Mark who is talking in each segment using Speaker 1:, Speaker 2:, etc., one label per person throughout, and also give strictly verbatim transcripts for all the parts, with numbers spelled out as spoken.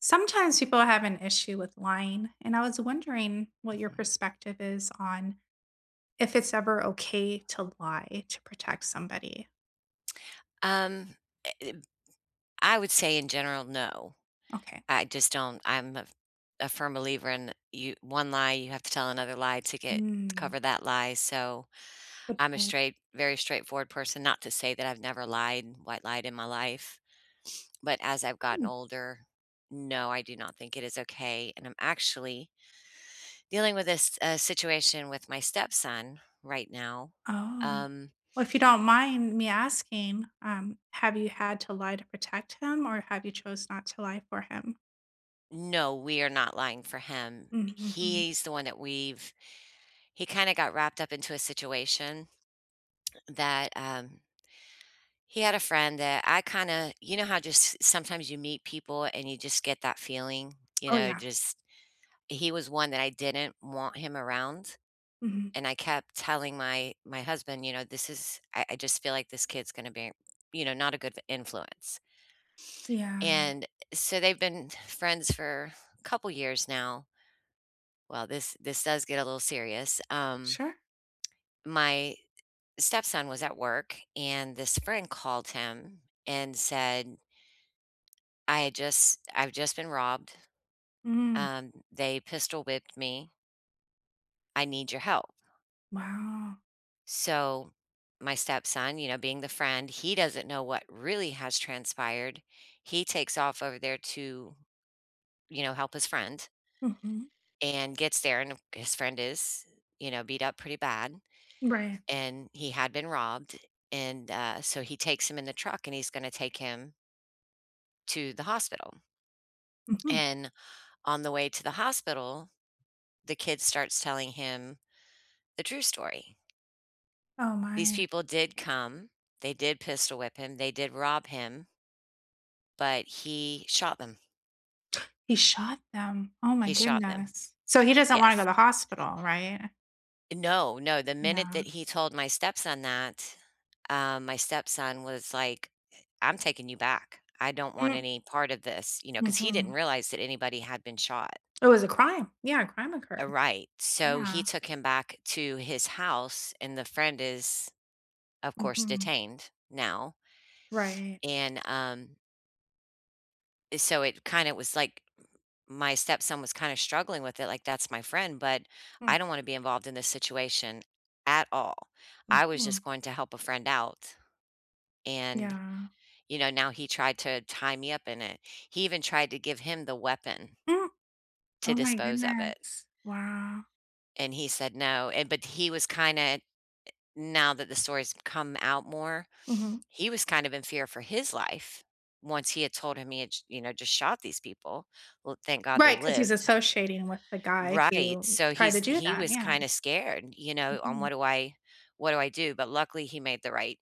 Speaker 1: Sometimes people have an issue with lying, and I was wondering what your
Speaker 2: Mhm.
Speaker 1: perspective is on if it's ever okay to lie to protect somebody.
Speaker 2: Um, I would say in general, no.
Speaker 1: Okay.
Speaker 2: I just don't I'm a a firm believer in you one lie, you have to tell another lie to get to
Speaker 1: Mm,
Speaker 2: cover that lie, so
Speaker 1: good
Speaker 2: I'm a
Speaker 1: point.
Speaker 2: straight very straightforward person, not to say that I've never lied, white lied in my life, but as I've gotten
Speaker 1: Mm.
Speaker 2: older, no, I do not think it is okay, and I'm actually dealing with this, uh, situation with my stepson right now.
Speaker 1: Oh.
Speaker 2: um
Speaker 1: Well, if you don't mind me asking, um, have you had to lie to protect him or have you chose not to lie for him?
Speaker 2: No, we are not lying for him.
Speaker 1: Mm-hmm.
Speaker 2: He's the one that we've He kinda got wrapped up into a situation that, um, he had a friend that I kinda you know how just sometimes you meet people and you just get that feeling, you
Speaker 1: Oh,
Speaker 2: know?
Speaker 1: yeah.
Speaker 2: Just He was one that I didn't want him around,
Speaker 1: Hmm.
Speaker 2: and I kept telling my my husband, you know, "This is I I just feel like this kid's gonna be, you know, not a good influence."
Speaker 1: Yeah.
Speaker 2: And so they've been friends for a couple years now. Well, this this does get a little serious. Um,
Speaker 1: Sure.
Speaker 2: my stepson was at work, and this friend called him and said, "I had just I've just been robbed.
Speaker 1: Mm,
Speaker 2: Um, they pistol whipped me. I need your help."
Speaker 1: wow.
Speaker 2: So, my stepson, you know, being the friend, he doesn't know what really has transpired. He takes off over there to, you know, help his friend
Speaker 1: Hmm.
Speaker 2: and gets there, and his friend is, you know, beat up pretty bad
Speaker 1: Right.
Speaker 2: and he had been robbed. And uh, so he takes him in the truck and he's going to take him to the hospital.
Speaker 1: Hmm.
Speaker 2: And on the way to the hospital, the kid starts telling him the true story.
Speaker 1: Oh,
Speaker 2: These
Speaker 1: my.
Speaker 2: people did come, they did pistol whip him, they did rob him, but he shot them.
Speaker 1: He shot them? Oh my
Speaker 2: He shot them.
Speaker 1: goodness. So he doesn't wanna go to
Speaker 2: Yes.
Speaker 1: the hospital, right?
Speaker 2: No, no, the minute that
Speaker 1: Yeah.
Speaker 2: he told my stepson that, um, my stepson was like, "I'm taking you back. I don't want
Speaker 1: Mm,
Speaker 2: any part of this," you know, because he
Speaker 1: mhm.
Speaker 2: didn't realize that anybody had been shot.
Speaker 1: It was a crime. Yeah, a crime
Speaker 2: Uh,
Speaker 1: occurred.
Speaker 2: right, so he
Speaker 1: Yeah.
Speaker 2: took him back to his house, and the friend is, of course,
Speaker 1: Mhm.
Speaker 2: detained now,
Speaker 1: Right.
Speaker 2: and, um, eh, so it kinda was like my stepson was kinda struggling with it, like, "That's my friend, but
Speaker 1: Mm,
Speaker 2: I don't wanna be involved in this situation at all. I was
Speaker 1: mhm.
Speaker 2: just going to help a friend out." And,
Speaker 1: Yeah.
Speaker 2: you know, now he tried to tie me up in it. He even tried to give him the weapon
Speaker 1: Mm.
Speaker 2: to
Speaker 1: Oh my
Speaker 2: dispose of it,
Speaker 1: goodness. Wow.
Speaker 2: and he said no, and but he was kinda now that the story's come out more,
Speaker 1: Mhm.
Speaker 2: he was kind of in fear for his life once he had told him he had j you know, just shot these people. Well, thank God they
Speaker 1: Because he's
Speaker 2: lived.
Speaker 1: associating with the guy
Speaker 2: Right,
Speaker 1: who
Speaker 2: so
Speaker 1: tried to
Speaker 2: he's
Speaker 1: do
Speaker 2: he
Speaker 1: that,
Speaker 2: was
Speaker 1: yeah.
Speaker 2: kinda scared, you know, on
Speaker 1: Mhm.
Speaker 2: what do I what do I do? But luckily, he made the right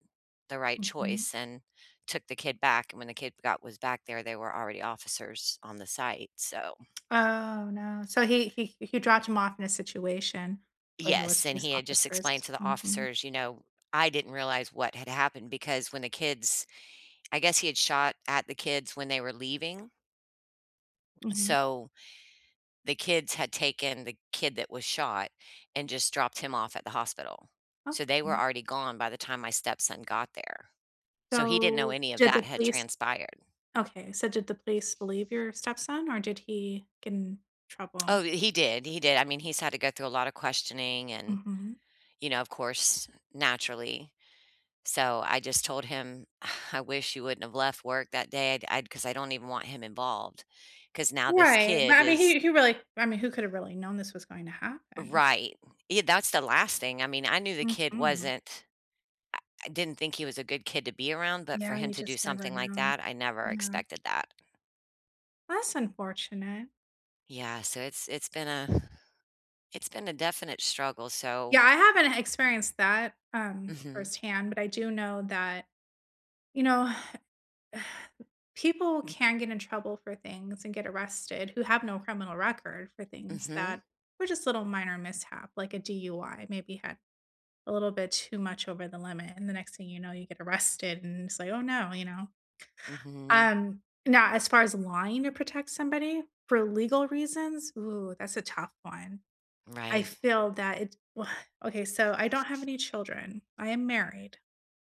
Speaker 2: the right
Speaker 1: Mhm.
Speaker 2: choice and took the kid back, and when the kid got was back there, they were already officers on the site, so
Speaker 1: Oh, no. So he he he dropped him off in a situation where there was
Speaker 2: yes, and
Speaker 1: police
Speaker 2: he had just explained
Speaker 1: officers.
Speaker 2: to the
Speaker 1: Mhm.
Speaker 2: officers, you know, I didn't realize what had happened because when the kids I guess he had shot at the kids when they were leaving,
Speaker 1: Mhm.
Speaker 2: so the kids had taken the kid that was shot and just dropped him off at the hospital. So they were
Speaker 1: Okay.
Speaker 2: already gone by the time my stepson got there. So he didn't know
Speaker 1: So,
Speaker 2: any of
Speaker 1: did the
Speaker 2: that had
Speaker 1: police
Speaker 2: transpired.
Speaker 1: okay, so did the police believe your stepson, or did he get in trouble?
Speaker 2: Oh, he did. He did. I mean, he's had to go through a lot of questioning and,
Speaker 1: Mhm.
Speaker 2: you know, of course, naturally. So I just told him, I wish you wouldn't have left work that day. I'd, I'd, cause I don't even want him involved. Cause now this
Speaker 1: Right, but
Speaker 2: kid
Speaker 1: I mean,
Speaker 2: is
Speaker 1: he he really I mean, who could have really known this was going to happen?
Speaker 2: Right. Yeah, that's the last thing. I mean, I knew the kid
Speaker 1: Mhm.
Speaker 2: wasn't didn't think he was a good kid to be around, but for
Speaker 1: Yeah,
Speaker 2: him
Speaker 1: you
Speaker 2: to do
Speaker 1: just never
Speaker 2: something like
Speaker 1: know.
Speaker 2: that, I never
Speaker 1: Yeah.
Speaker 2: expected that.
Speaker 1: That's unfortunate.
Speaker 2: Yeah, so it's it's been a it's been a definite struggle. So,
Speaker 1: Yeah, I haven't experienced that, um,
Speaker 2: mhm,
Speaker 1: firsthand, but I do know that, you know, people can get in trouble for things and get arrested who have no criminal record for things
Speaker 2: mhm,
Speaker 1: that were just little minor mishap, like a D U I, maybe had a little bit too much over the limit, and the next thing you know, you get arrested, and it's like, "Oh, no," you know?
Speaker 2: mhm,
Speaker 1: Um, now as far as lying to protect somebody for legal reasons, ooh, that's a tough one. I
Speaker 2: right,
Speaker 1: feel that it okay, so I don't have any children. I am married.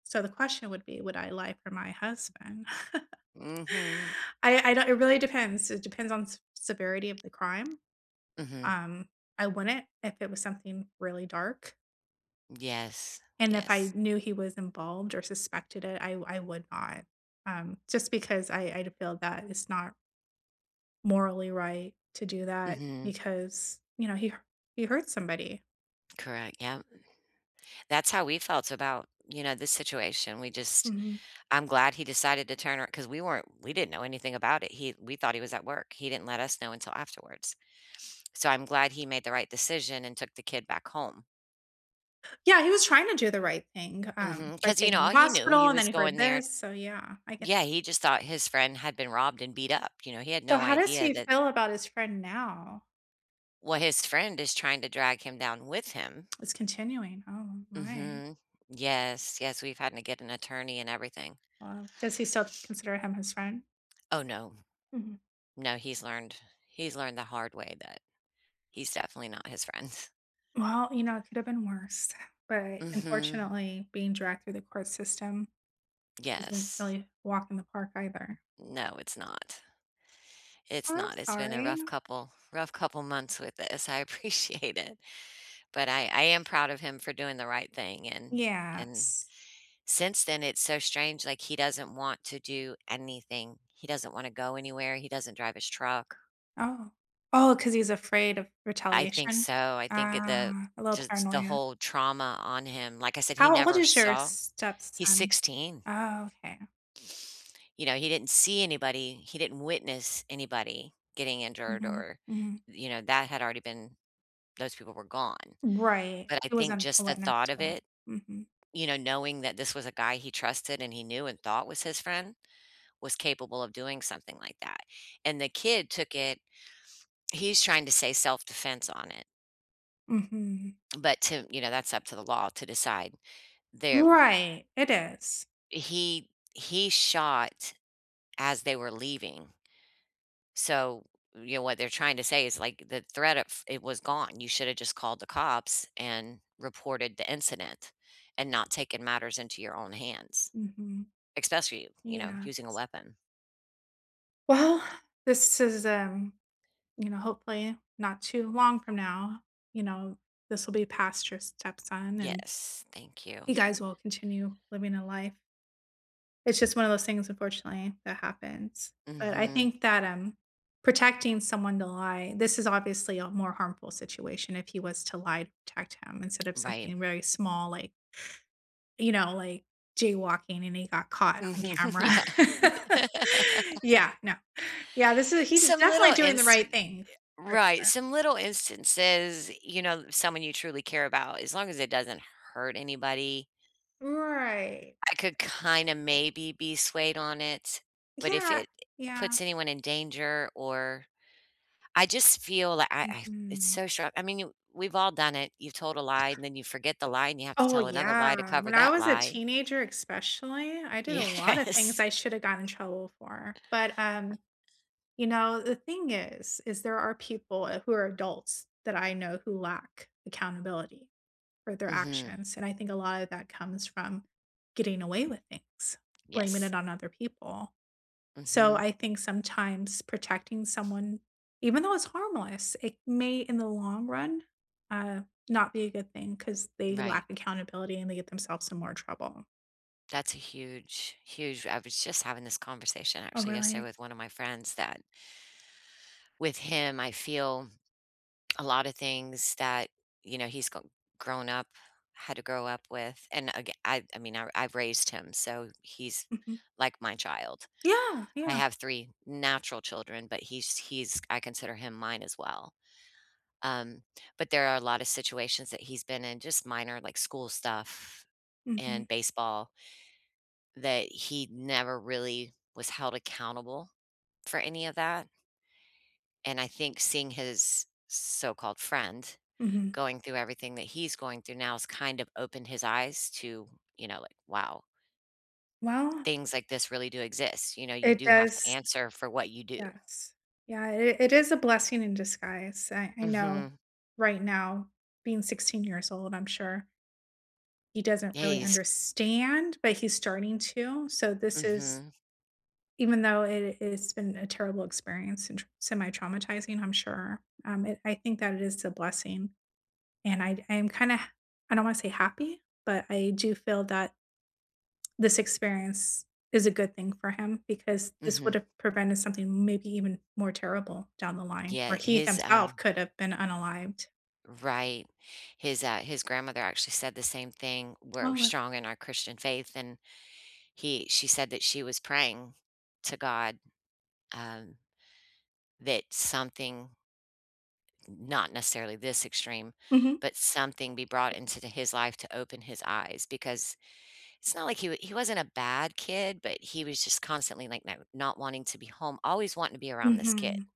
Speaker 1: So the question would be, would I lie for my husband?
Speaker 2: mhm,
Speaker 1: I I don't it really depends. It depends on s severity of the crime.
Speaker 2: mhm,
Speaker 1: Um, I wouldn't if it was something really dark,
Speaker 2: yes,
Speaker 1: and if I
Speaker 2: yes,
Speaker 1: knew he was involved or suspected it, I I would not. Um, just because I I feel that it's not morally right to do that
Speaker 2: mhm,
Speaker 1: because, you know, he he hurt somebody.
Speaker 2: correct. Yeah, that's how we felt about you know this situation. We just
Speaker 1: Mhm.
Speaker 2: I'm glad he decided to turn around because we weren't we didn't know anything about it. He We thought he was at work. He didn't let us know until afterwards. So I'm glad he made the right decision and took the kid back home.
Speaker 1: Yeah, he was trying to do the right thing, um, by
Speaker 2: Because you
Speaker 1: taking him to
Speaker 2: know,
Speaker 1: the
Speaker 2: he knew
Speaker 1: hospital,
Speaker 2: he
Speaker 1: and then
Speaker 2: was
Speaker 1: he
Speaker 2: going
Speaker 1: heard
Speaker 2: there.
Speaker 1: this, so yeah, I get that.
Speaker 2: Yeah, he just thought his friend had been robbed and beat up, you know, he had
Speaker 1: So
Speaker 2: no
Speaker 1: how does
Speaker 2: idea
Speaker 1: he
Speaker 2: that
Speaker 1: feel about his friend now?
Speaker 2: well, his friend is trying to drag him down with him.
Speaker 1: It's continuing. Oh my.
Speaker 2: Mhm. Yes, yes, we've had to get an attorney and everything.
Speaker 1: Wow. Does he still consider him his friend?
Speaker 2: Oh, no.
Speaker 1: Mhm.
Speaker 2: No, he's learned he's learned the hard way that he's definitely not his friend.
Speaker 1: Well, you know, it could have been worse, but
Speaker 2: Mhm.
Speaker 1: unfortunately, being dragged through the court system isn't
Speaker 2: Yes.
Speaker 1: really a walk in the park either.
Speaker 2: No, it's not.
Speaker 1: Oh,
Speaker 2: It's
Speaker 1: I'm
Speaker 2: not. It's been a
Speaker 1: sorry.
Speaker 2: rough couple rough couple months with this. I appreciate it. But I I am proud of him for doing the right thing, and and
Speaker 1: Yes.
Speaker 2: since then, it's so strange, like, he doesn't want to do anything. He doesn't wanna go anywhere, he doesn't drive his truck.
Speaker 1: Oh. Oh, because he's afraid of
Speaker 2: I think
Speaker 1: retaliation?
Speaker 2: so, I think it the
Speaker 1: Ah, a little
Speaker 2: just the
Speaker 1: paranoia.
Speaker 2: whole trauma on him, like I said, he
Speaker 1: How old
Speaker 2: never
Speaker 1: is your
Speaker 2: saw he's
Speaker 1: stepson?
Speaker 2: sixteen.
Speaker 1: Oh, okay.
Speaker 2: You know, he didn't see anybody, he didn't witness anybody getting injured
Speaker 1: Mhm,
Speaker 2: or,
Speaker 1: mhm.
Speaker 2: you know, that had already been those people were gone,
Speaker 1: Right.
Speaker 2: but I
Speaker 1: He
Speaker 2: think
Speaker 1: wasn't a
Speaker 2: just the
Speaker 1: witness
Speaker 2: thought
Speaker 1: to
Speaker 2: of
Speaker 1: that.
Speaker 2: it
Speaker 1: Mhm,
Speaker 2: you know, knowing that this was a guy he trusted and he knew and thought was his friend was capable of doing something like that. And the kid took it he's trying to say self-defense on it,
Speaker 1: mhm.
Speaker 2: but to you know, that's up to the law to decide. There
Speaker 1: Right, it is.
Speaker 2: he he shot as they were leaving. So, you know, what they're trying to say is like the threat of it was gone. You should have just called the cops and reported the incident and not taken matters into your own hands,
Speaker 1: Mhm.
Speaker 2: especially, you know,
Speaker 1: Yeah.
Speaker 2: using a weapon.
Speaker 1: Well, this is, um, you know, hopefully not too long from now, you know, this will be past your stepson and
Speaker 2: Yes, thank
Speaker 1: you
Speaker 2: you.
Speaker 1: guys will continue living a life. It's just one of those things, unfortunately, that happens. But I
Speaker 2: Mhm,
Speaker 1: think that um, protecting someone to lie, this is obviously a more harmful situation if he was to lie to protect him instead of
Speaker 2: right.
Speaker 1: something very small like, you know, like, jaywalking, and he got caught on
Speaker 2: Mhm,
Speaker 1: camera.
Speaker 2: yeah.
Speaker 1: Yeah, no. Yeah, this is he's
Speaker 2: Some
Speaker 1: definitely
Speaker 2: little
Speaker 1: doing the right
Speaker 2: instant
Speaker 1: thing, for
Speaker 2: Right, some little instances, you know, someone you truly care about, as long as it doesn't hurt anybody,
Speaker 1: sure. Right.
Speaker 2: I could kinda maybe be swayed on it, but if
Speaker 1: Yeah,
Speaker 2: it
Speaker 1: yeah.
Speaker 2: puts anyone in danger or I just feel like I I it's
Speaker 1: Mhm.
Speaker 2: so sharp I mean, you we've all done it. You've told a lie, and then you forget the lie, and you have to
Speaker 1: Oh,
Speaker 2: tell another lie to
Speaker 1: yeah.
Speaker 2: cover
Speaker 1: When I
Speaker 2: that
Speaker 1: was a
Speaker 2: lie.
Speaker 1: teenager especially, I did a lot of things
Speaker 2: Yes.
Speaker 1: I shoulda gotten in trouble for, but, um, you know, the thing is, is there are people uh, who are adults that I know who lack accountability for their
Speaker 2: Mhm.
Speaker 1: actions, and I think a lot of that comes from getting away with things, blaming it
Speaker 2: Yes.
Speaker 1: on other people. So
Speaker 2: Mhm.
Speaker 1: I think sometimes protecting someone, even though it's harmless, it may in the long run uh, not be a good thing because they
Speaker 2: Right.
Speaker 1: lack accountability and they get themselves in more trouble.
Speaker 2: That's a huge, huge I was just having this conversation
Speaker 1: Oh,
Speaker 2: actually yesterday
Speaker 1: really?
Speaker 2: with one of my friends that with him, I feel a lot of things that, you know, he's go- grown up, had to grow up with. And again, I, I mean, I, I've raised him, so he's
Speaker 1: Mhm.
Speaker 2: like my child.
Speaker 1: Yeah,
Speaker 2: I
Speaker 1: yeah.
Speaker 2: have three natural children, but he's, he's, I consider him mine as well. Um, but there are a lot of situations that he's been in, just minor like school stuff
Speaker 1: Mhm,
Speaker 2: and baseball that he never really was held accountable for any of that, and I think seeing his so-called friend
Speaker 1: mhm.
Speaker 2: going through everything that he's going through now has kind of opened his eyes to, you know, like, wow,
Speaker 1: Well,
Speaker 2: things like this really do exist, you know, you
Speaker 1: it
Speaker 2: do have to
Speaker 1: does
Speaker 2: answer for what you do.
Speaker 1: yes. Yeah, it it is a blessing in disguise. I I know
Speaker 2: Mhm.
Speaker 1: right now, being sixteen years old, I'm sure he doesn't
Speaker 2: Yeah,
Speaker 1: really
Speaker 2: he's
Speaker 1: understand, but he's starting to. So this is
Speaker 2: Mhm,
Speaker 1: even though it it's been a terrible experience and semi-traumatizing, I'm sure, um, it I think that it is a blessing, and I I am kinda I don't wanna say happy, but I do feel that this experience is a good thing for him because this
Speaker 2: mhm.
Speaker 1: would have prevented something maybe even more terrible down the line where
Speaker 2: Yeah,
Speaker 1: he
Speaker 2: his,
Speaker 1: himself
Speaker 2: um
Speaker 1: could have been unalived.
Speaker 2: right. His, uh his grandmother actually said the same thing, "We're
Speaker 1: Oh,
Speaker 2: strong in our Christian faith," and He she said that she was praying to God, um, that something not necessarily this extreme,
Speaker 1: mhm,
Speaker 2: but something be brought into the his life to open his eyes because it's not like he wa he wasn't a bad kid, but he was just constantly, like, not not wanting to be home, always wanting to be around this kid,
Speaker 1: mhm.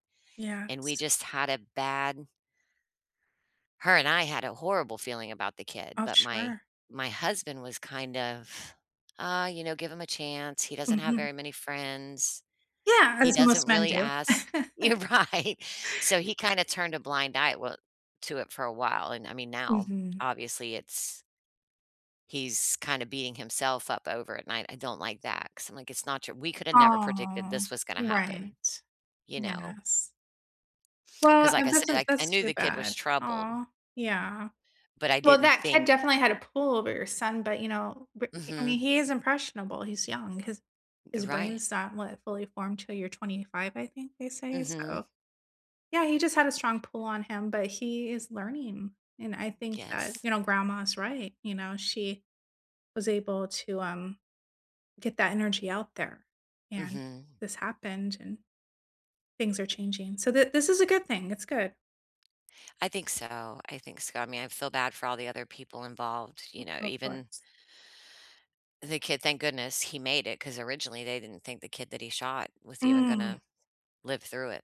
Speaker 2: and we
Speaker 1: Yes.
Speaker 2: just had a bad her and I had a horrible feeling about the kid,
Speaker 1: Oh,
Speaker 2: but my
Speaker 1: sure.
Speaker 2: my husband was kind of, "Uh, you know, give him a chance. He doesn't have
Speaker 1: Mhm.
Speaker 2: very many friends."
Speaker 1: Yeah,
Speaker 2: He
Speaker 1: as
Speaker 2: doesn't
Speaker 1: most men
Speaker 2: really
Speaker 1: do.
Speaker 2: ask You're right. So he kinda turned a blind eye well to it for a while, and I mean, now,
Speaker 1: Mhm.
Speaker 2: obviously, it's he's kinda beating himself up over it, and I I don't like that because 'cause I'm like, "It's not true. We coulda never predicted
Speaker 1: Oh,
Speaker 2: this was gonna happen,"
Speaker 1: right.
Speaker 2: you know?
Speaker 1: Yes. Well,
Speaker 2: Because, like
Speaker 1: and
Speaker 2: I said,
Speaker 1: that's
Speaker 2: I I
Speaker 1: that's
Speaker 2: knew
Speaker 1: too
Speaker 2: the kid was
Speaker 1: bad.
Speaker 2: troubled,
Speaker 1: Oh, yeah.
Speaker 2: but I
Speaker 1: Well,
Speaker 2: didn't
Speaker 1: that kid
Speaker 2: think
Speaker 1: definitely had a pull over your son, but, you know, but I
Speaker 2: Mhm.
Speaker 1: mean, he is impressionable, he's young, his his
Speaker 2: Right.
Speaker 1: brain's not, what, fully formed till you're twenty-five, I think they say,
Speaker 2: Mhm.
Speaker 1: so yeah, he just had a strong pull on him, but he is learning, and I think that,
Speaker 2: Yes.
Speaker 1: you know, grandma's right, you know, she was able to, um, get that energy out there, and
Speaker 2: Mhm.
Speaker 1: this happened, and things are changing, so th this is a good thing, it's good.
Speaker 2: I think so, I think so. I mean, I feel bad for all the other people involved, you know,
Speaker 1: Of
Speaker 2: even
Speaker 1: course.
Speaker 2: the kid, thank goodness he made it because originally they didn't think the kid that he shot was even gonna
Speaker 1: Mm,
Speaker 2: live through it.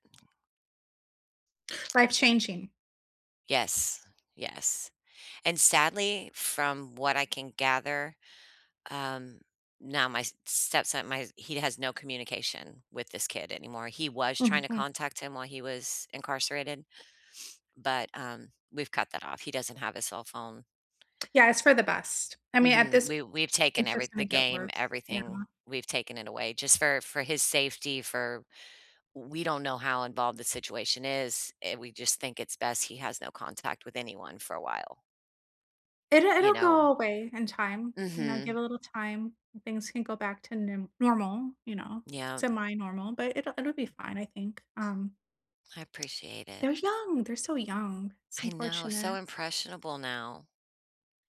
Speaker 1: life changing.
Speaker 2: Yes, yes, and sadly, from what I can gather, um, now my s stepson my he has no communication with this kid anymore. He was trying to
Speaker 1: Mhm.
Speaker 2: contact him while he was incarcerated, but, um, we've cut that off. He doesn't have a cell phone.
Speaker 1: Yeah, it's for the best. I mean, at
Speaker 2: Mhm,
Speaker 1: this
Speaker 2: we we've taken
Speaker 1: it's
Speaker 2: every
Speaker 1: just gonna
Speaker 2: the
Speaker 1: get
Speaker 2: game,
Speaker 1: worse, yeah.
Speaker 2: everything, we've taken it away just for for his safety, for we don't know how involved the situation is, and we just think it's best he has no contact with anyone for a while,
Speaker 1: It
Speaker 2: you
Speaker 1: it'll
Speaker 2: know?
Speaker 1: go away in time, you know, give
Speaker 2: Mhm.
Speaker 1: a little time, things can go back to nim normal, you know,
Speaker 2: Yeah,
Speaker 1: semi-normal, but it'll it'll be fine, I think, um,
Speaker 2: I appreciate it.
Speaker 1: they're young, they're so young, it's
Speaker 2: I know, so
Speaker 1: unfortunate.
Speaker 2: impressionable now,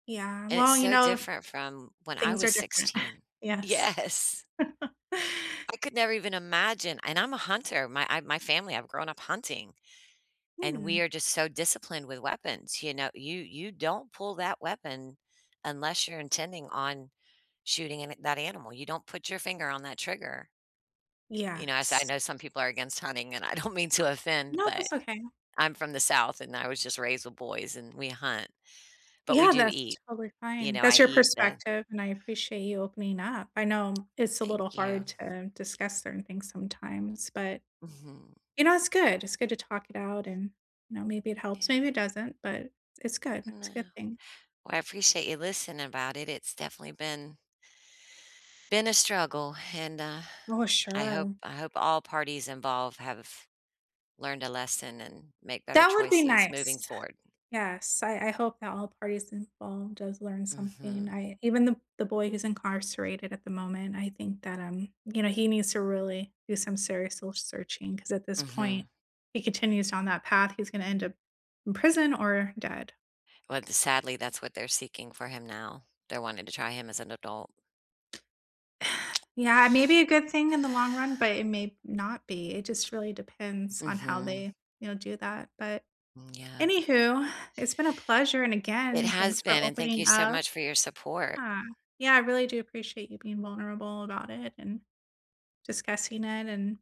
Speaker 1: Yeah,
Speaker 2: and it's
Speaker 1: well, you
Speaker 2: so
Speaker 1: know,
Speaker 2: different from when I
Speaker 1: things are
Speaker 2: was
Speaker 1: different.
Speaker 2: sixteen.
Speaker 1: Yes.
Speaker 2: Yes. I could never even imagine, and I'm a hunter, my I my family, I've grown up hunting, and
Speaker 1: Hmm,
Speaker 2: we are just so disciplined with weapons, you know? You you don't pull that weapon unless you're intending on shooting an that animal. You don't put your finger on that trigger. You know, I s- I
Speaker 1: yes.
Speaker 2: know some people are against hunting, and I don't mean to offend,
Speaker 1: No,
Speaker 2: but
Speaker 1: that's okay.
Speaker 2: I'm from the South, and I was just raised with boys, and we hunt, but we
Speaker 1: Yeah,
Speaker 2: do
Speaker 1: that's
Speaker 2: eat.
Speaker 1: totally
Speaker 2: You
Speaker 1: fine.
Speaker 2: know, I
Speaker 1: That's your
Speaker 2: eat the
Speaker 1: perspective, and I appreciate you opening up. I know it's a little
Speaker 2: thank you.
Speaker 1: hard to discuss certain things sometimes, but
Speaker 2: Mhm.
Speaker 1: you know, it's good. It's good to talk it out and, you know, maybe it helps,
Speaker 2: Yeah.
Speaker 1: maybe it doesn't, but it's good. It's
Speaker 2: No.
Speaker 1: a good thing.
Speaker 2: Well, I appreciate you listening about it. It's definitely been been a struggle, and, uh,
Speaker 1: Oh,
Speaker 2: I hope
Speaker 1: sure.
Speaker 2: I hope all parties involved have learned a lesson and make better
Speaker 1: That would be
Speaker 2: choices moving
Speaker 1: nice.
Speaker 2: forward.
Speaker 1: Yes, I I hope that all parties involved does learn something.
Speaker 2: Mhm.
Speaker 1: I even the the boy who's incarcerated at the moment, I think that, um, you know, he needs to really do some serious soul searching, because at this point,
Speaker 2: Mhm.
Speaker 1: he continues down that path, he's gonna end up in prison or dead.
Speaker 2: Well, sadly, that's what they're seeking for him now. They're wanting to try him as an adult.
Speaker 1: Yeah, it may be a good thing in the long run, but it may not be. It just really depends on how
Speaker 2: Mhm.
Speaker 1: they, you know, do that. But
Speaker 2: Yeah.
Speaker 1: anywho, it's been a pleasure, and
Speaker 2: It
Speaker 1: again, thanks
Speaker 2: has
Speaker 1: for
Speaker 2: been, and thank
Speaker 1: opening
Speaker 2: you so
Speaker 1: up.
Speaker 2: much for your support.
Speaker 1: Yeah. Yeah, I really do appreciate you being vulnerable about it and discussing it. And,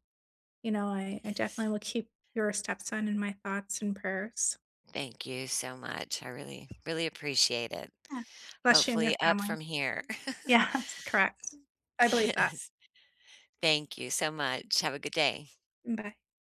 Speaker 1: you know, I, I
Speaker 2: Yes.
Speaker 1: definitely will keep your stepson in my thoughts and prayers.
Speaker 2: Thank you so much. I really, really appreciate it.
Speaker 1: Yeah. Bless you and
Speaker 2: Hopefully
Speaker 1: your
Speaker 2: up
Speaker 1: family.
Speaker 2: from here.
Speaker 1: Yes, correct. I believe that.
Speaker 2: Yes. Thank you so much. Have a good day.
Speaker 1: Bye.